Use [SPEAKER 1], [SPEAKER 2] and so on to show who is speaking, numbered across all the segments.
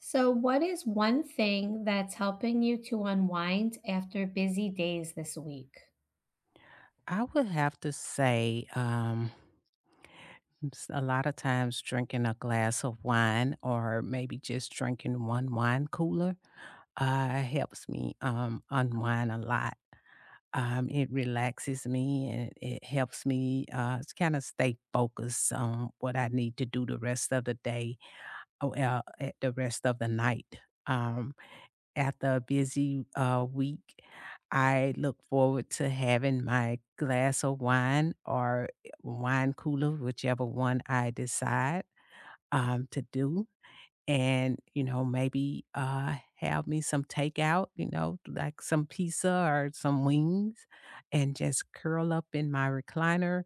[SPEAKER 1] So, what is one thing that's helping you to unwind after busy days this week?
[SPEAKER 2] I would have to say, a lot of times drinking a glass of wine or maybe just drinking one wine cooler helps me unwind a lot. It relaxes me and it helps me kind of stay focused on what I need to do the rest of the day or at the rest of the night. Um, after a busy week, I look forward to having my glass of wine or wine cooler, whichever one I decide, to do, and, you know, maybe, have me some takeout, you know, like some pizza or some wings, and just curl up in my recliner,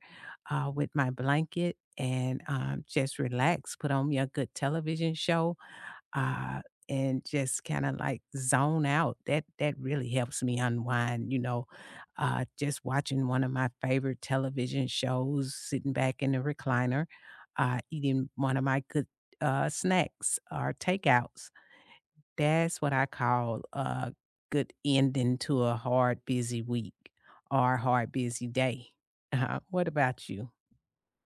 [SPEAKER 2] with my blanket and, just relax, put on me a good television show uh, and just kinda, like, zone out. That really helps me unwind, you know, just watching one of my favorite television shows, sitting back in the recliner, eating one of my good, snacks or takeouts. That's what I call a good ending to a hard, busy week or hard, busy day. What about you?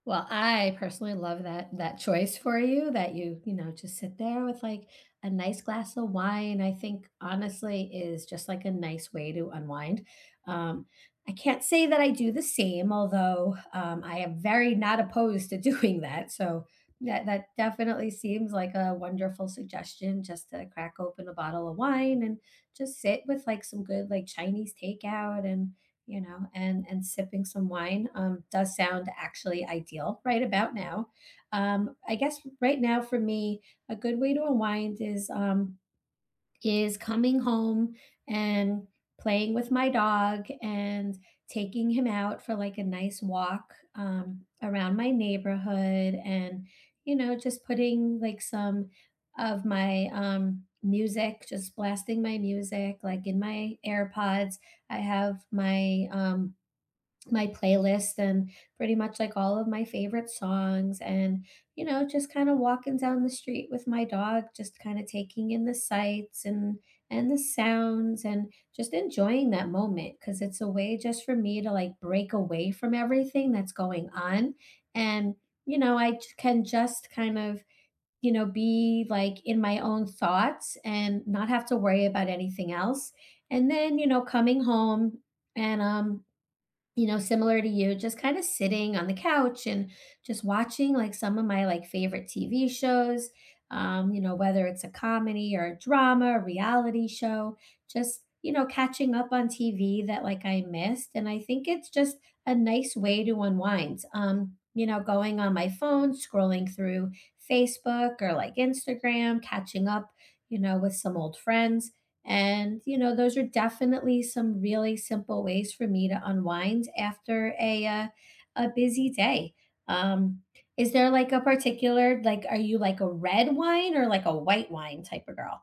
[SPEAKER 1] Well, I personally love that choice for you that you, just sit there with like a nice glass of wine. I think honestly is just like a nice way to unwind. Um, I can't say that I do the same, although I am very not opposed to doing that. So that definitely seems like a wonderful suggestion, just to crack open a bottle of wine and just sit with like some good like Chinese takeout and you know, and sipping some wine does sound actually ideal right about now. I guess right now for me, a good way to unwind is is coming home and playing with my dog and taking him out for like a nice walk around my neighborhood and just putting like some of my music, just blasting my music like in my airpods. I have my playlist and pretty much like all of my favorite songs, and just kind of walking down the street with my dog, just kind of taking in the sights and the sounds and just enjoying that moment cuz it's a way just for me to like break away from everything that's going on. And I can just kind of be like in my own thoughts and not have to worry about anything else. And then coming home and similar to you, just kind of sitting on the couch and just watching like some of my like favorite TV shows, whether it's a comedy or a drama, a reality show, just, catching up on TV that like I missed. And I think it's just a nice way to unwind. Going on my phone, scrolling through Facebook or like Instagram, catching up, with some old friends. And, those are definitely some really simple ways for me to unwind after a busy day. Um, is there like a particular, like, are you like a red wine or like a white wine type of girl?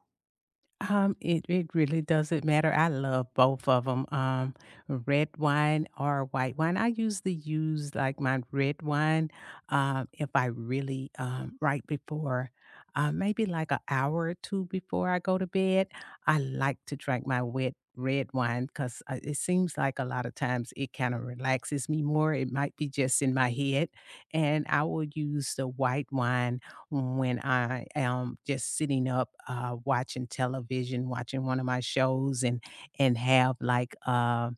[SPEAKER 2] It really doesn't matter. I love both of them. Red wine or white wine. I usually use like my red wine. Um, if I really right before, maybe like an hour or two before I go to bed, I like to drink my wet red wine because it seems like a lot of times it kind of relaxes me more. It might be just in my head, and I will use the white wine when I am just sitting up, watching television, watching one of my shows and have like, uh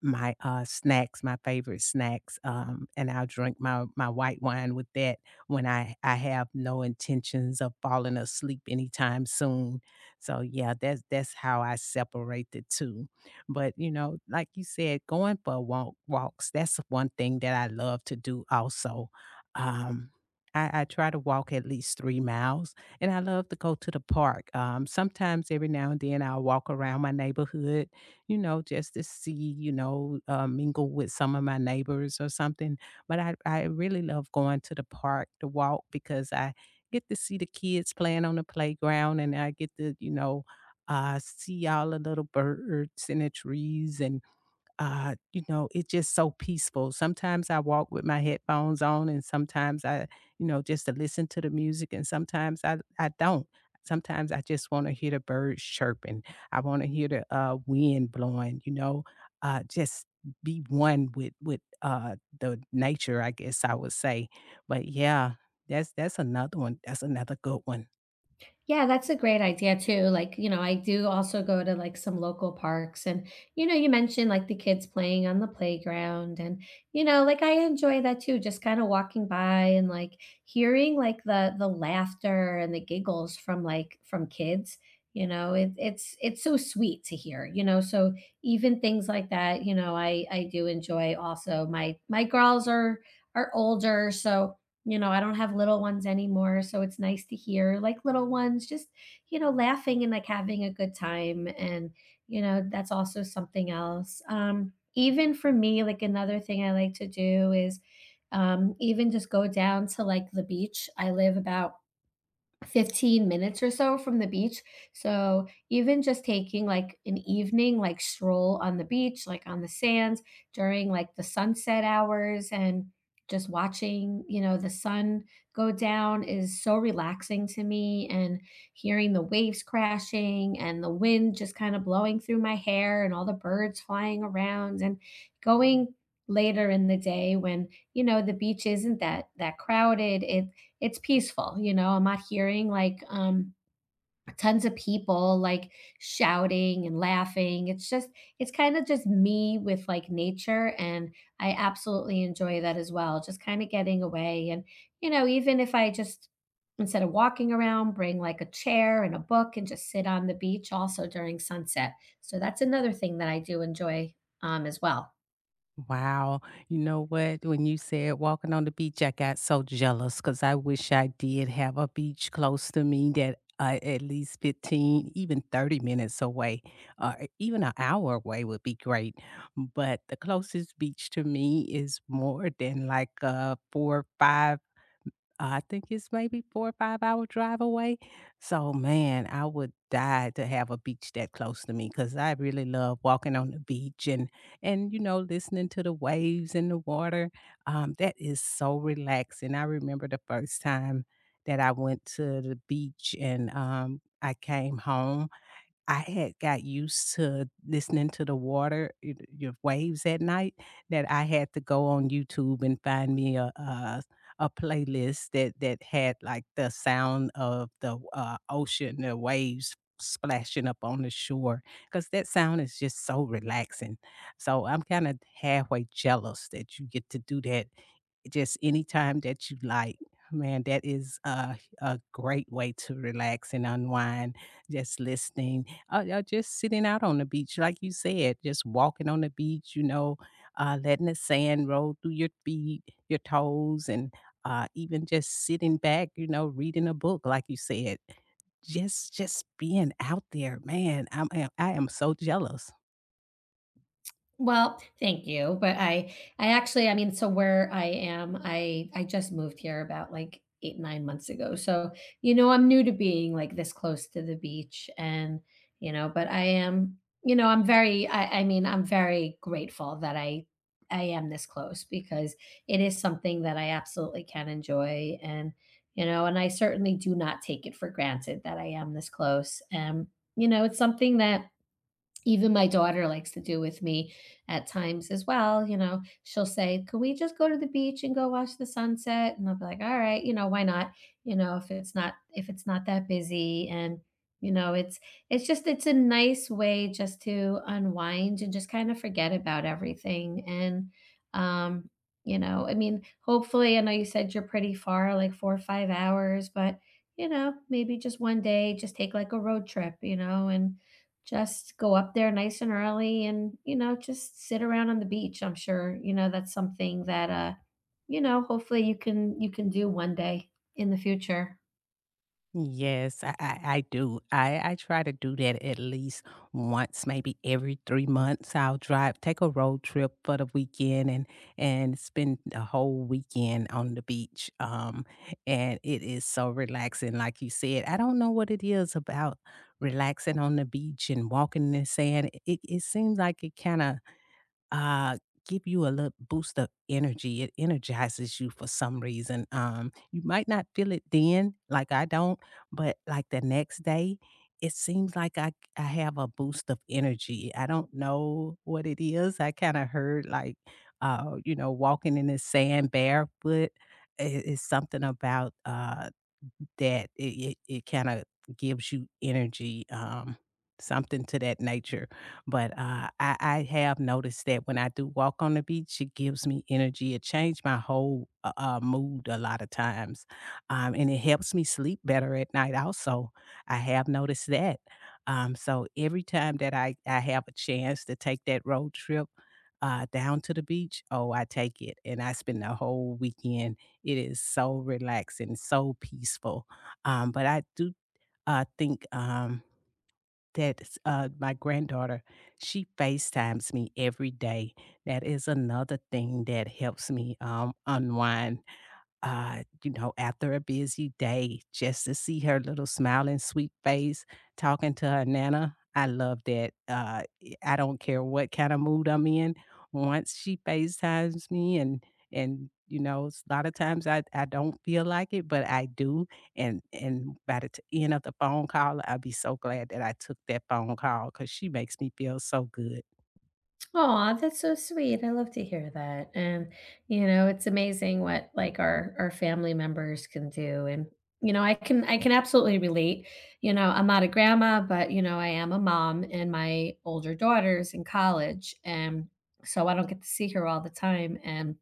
[SPEAKER 2] my, uh, snacks, my favorite snacks, and I'll drink my white wine with that when I have no intentions of falling asleep anytime soon. So, yeah, that's how I separate the 2. But, you know, like you said, going for walks, that's one thing that I love to do also. Um, I try to walk at least 3 miles, and I love to go to the park. Sometimes every now and then I'll walk around my neighborhood, you know, just to see, you know, mingle with some of my neighbors or something. But I really love going to the park to walk because I get to see the kids playing on the playground and I get to, you know, see all the little birds in the trees and you know, it's just so peaceful. Sometimes I walk with my headphones on and sometimes I, you know, just to listen to the music and sometimes I don't. Sometimes I just want to hear the birds chirping. I want to hear the wind blowing, you know, just be one with the nature, I guess I would say. But yeah, that's another one. That's another good one.
[SPEAKER 1] Yeah, that's a great idea too. Like, I do also go to like some local parks, and, you mentioned like the kids playing on the playground, and, like I enjoy that too, just kind of walking by and like hearing like the laughter and the giggles from like from kids, it's so sweet to hear. So even things like that, I do enjoy also. My girls are older, so I don't have little ones anymore, so it's nice to hear, like, little ones just, laughing and, like, having a good time, and, that's also something else. Even for me, like, another thing I like to do is, even just go down to, like, the beach. I live about 15 minutes or so from the beach. So even just taking like an evening like stroll on the beach, like on the sands during like the sunset hours, and just watching, the sun go down is so relaxing to me, and hearing the waves crashing and the wind just kind of blowing through my hair and all the birds flying around, and going later in the day when, the beach isn't that crowded. It's peaceful. I'm not hearing like tons of people like shouting and laughing. It's kind of just me with like nature, and I absolutely enjoy that as well, just kind of getting away. And even if I just, instead of walking around, bring like a chair and a book and just sit on the beach also during sunset. So that's another thing that I do enjoy as well.
[SPEAKER 2] Wow. You know what? When you said walking on the beach, I got so jealous because I wish I did have a beach close to me that at least 15, even 30 minutes away, or even an hour away would be great. But the closest beach to me is more than like four five I think it's maybe 4 or 5-hour drive away. So, man, I would die to have a beach that close to me because I really love walking on the beach and, you know, listening to the waves and the water. That is so relaxing. I remember the first time that I went to the beach and, I came home. I had got used to listening to the water, y your waves at night, that I had to go on YouTube and find me a playlist that that had, like, the sound of the, ocean, the waves splashing up on the shore, because that sound is just so relaxing. So I'm kinda halfway jealous that you get to do that just anytime that you like. Man, that is a great way to relax and unwind, just listening, or just sitting out on the beach, like you said, just walking on the beach, you know, letting the sand roll through your feet, your toes, and, even just sitting back, you know, reading a book, like you said. Just being out there, man, I am so jealous.
[SPEAKER 1] Well, thank you, but I actually, I mean, so where I am, I just moved here about, like, 8, 9 months ago, so, I'm new to being, like, this close to the beach. And, but I am, I'm very, I mean, I'm very grateful that I am this close, because it is something that I absolutely can enjoy. And, and I certainly do not take it for granted that I am this close, it's something that even my daughter likes to do with me at times as well. She'll say, "Can we just go to the beach and go watch the sunset?" And I'll be like, "All right, why not?" If it's not that busy, and you know, it's it's a nice way just to unwind and just kind of forget about everything. And um, I mean, hopefully, I know you said you're pretty far, like 4 or 5 hours, but maybe just one day, just take like a road trip, and just go up there nice and early and, just sit around on the beach. I'm sure, that's something that hopefully you can do one day in the future.
[SPEAKER 2] Yes, I do. I try to do that at least once, maybe every 3 months. I'll drive, take a road trip for the weekend, and spend a whole weekend on the beach. And it is so relaxing, like you said. I don't know what it is about relaxing on the beach and walking in the sand. It seems like it kind of uh give you a little boost of energy. It energizes you for some reason. You might not feel it then, like I don't, but like the next day it seems like I have a boost of energy. I don't know what it is. I kind of heard like you know walking in the sand barefoot is something about that it kinda gives you energy, something to that nature, but, I have noticed that when I do walk on the beach, it gives me energy. It changed my whole, mood a lot of times, and it helps me sleep better at night also. I have noticed that. So every time that I have a chance to take that road trip, down to the beach, oh, I take it, and I spend the whole weekend. It is so relaxing, so peaceful. Um, but I do, think, that, my granddaughter, she FaceTimes me every day. That is another thing that helps me, unwind, you know, after a busy day, just to see her little smiling, sweet face talking to her nana. I love that. I don't care what kinda mood I'm in. Once she FaceTimes me and, you know, a lot of times I don't feel like it, but I do, and by the t end of the phone call, I'll be so glad that I took that phone call, cause she makes me feel so good.
[SPEAKER 1] Oh, that's so sweet. I love to hear that. And, it's amazing what like our family members can do. And, I can absolutely relate. I'm not a grandma, but I am a mom and my older daughter's in college. And so I don't get to see her all the time. And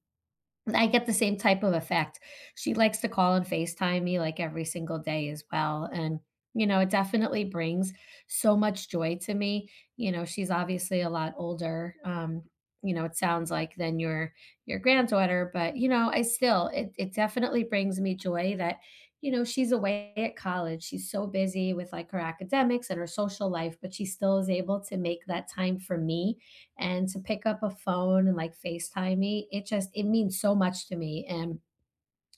[SPEAKER 1] I get the same type of effect. She likes to call and FaceTime me like every single day as well. And, it definitely brings so much joy to me. You know, she's obviously a lot older. It sounds like than your granddaughter, but I still, it definitely brings me joy that, she's away at college. She's so busy with like her academics and her social life, but she still is able to make that time for me, and to pick up a phone and like FaceTime me. It means so much to me. And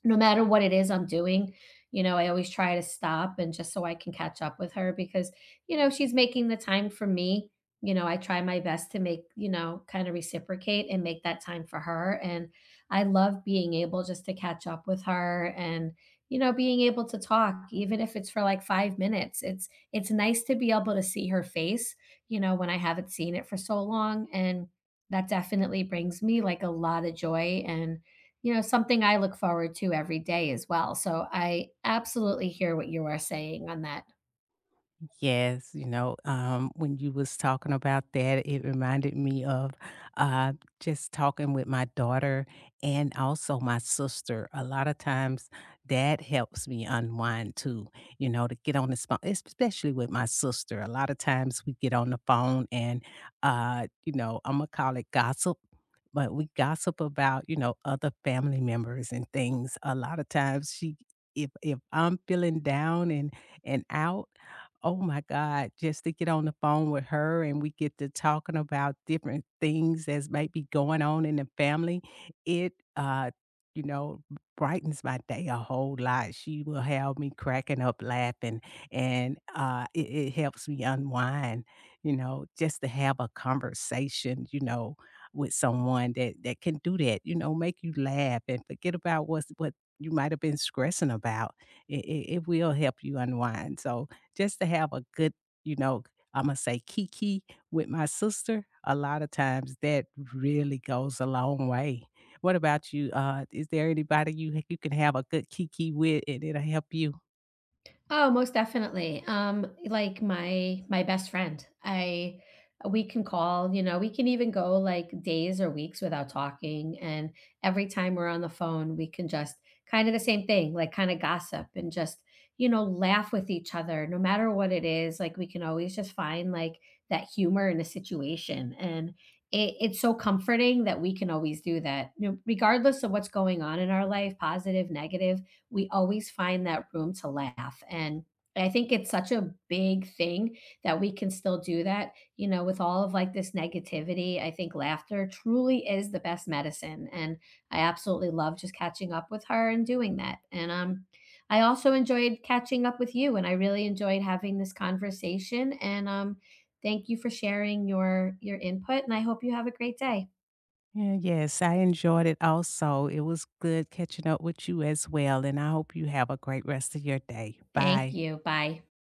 [SPEAKER 1] no matter what it is I'm doing, I always try to stop and just so I can catch up with her, because, she's making the time for me. I try my best to make, kind of reciprocate and make that time for her. And I love being able just to catch up with her and, being able to talk, even if it's for like 5 minutes. It's nice to be able to see her face, when I haven't seen it for so long. And that definitely brings me like a lot of joy, and something I look forward to every day as well, so I absolutely hear what you are saying on that.
[SPEAKER 2] Yes, you know, when you was talking about that, it reminded me of uh, just talking with my daughter and also my sister. A lot of times, that helps me unwind too. You know, to get on the phone, especially with my sister. A lot of times, we get on the phone and, you know, I'm gonna call it gossip. But we gossip about, you know, other family members and things. A lot of times, she, if I'm feeling down and out, oh my God, just to get on the phone with her and we get to talking about different things that's might be going on in the family, it, uh, you know, brightens my day a whole lot. She will have me cracking up laughing and it, it helps me unwind, you know, just to have a conversation, you know, with someone that, that can do that, you know, make you laugh and forget about what's, what you might have been stressing about. It will help you unwind. So just to have a good, you know, Imma say kiki with my sister, a lot of times that really goes a long way. What about you? Is there anybody you can have a good kiki with and it'll help you?
[SPEAKER 1] Oh, most definitely. Like my best friend. I we can call, we can even go like days or weeks without talking. And every time we're on the phone, we can just kind of the same thing, like kind of gossip and just, laugh with each other, no matter what it is. Like, we can always just find like that humor in a situation. And it's so comforting that we can always do that, regardless of what's going on in our life, positive, negative, we always find that room to laugh. And I think it's such a big thing that we can still do that, with all of like this negativity. I think laughter truly is the best medicine. And I absolutely love just catching up with her and doing that. And I also enjoyed catching up with you, and I really enjoyed having this conversation. And thank you for sharing your input, and I hope you have a great day.
[SPEAKER 2] Yeah, yes, I enjoyed it also. It was good catching up with you as well, and I hope you have a great rest of your day.
[SPEAKER 1] Thank
[SPEAKER 2] Bye.
[SPEAKER 1] you. Bye.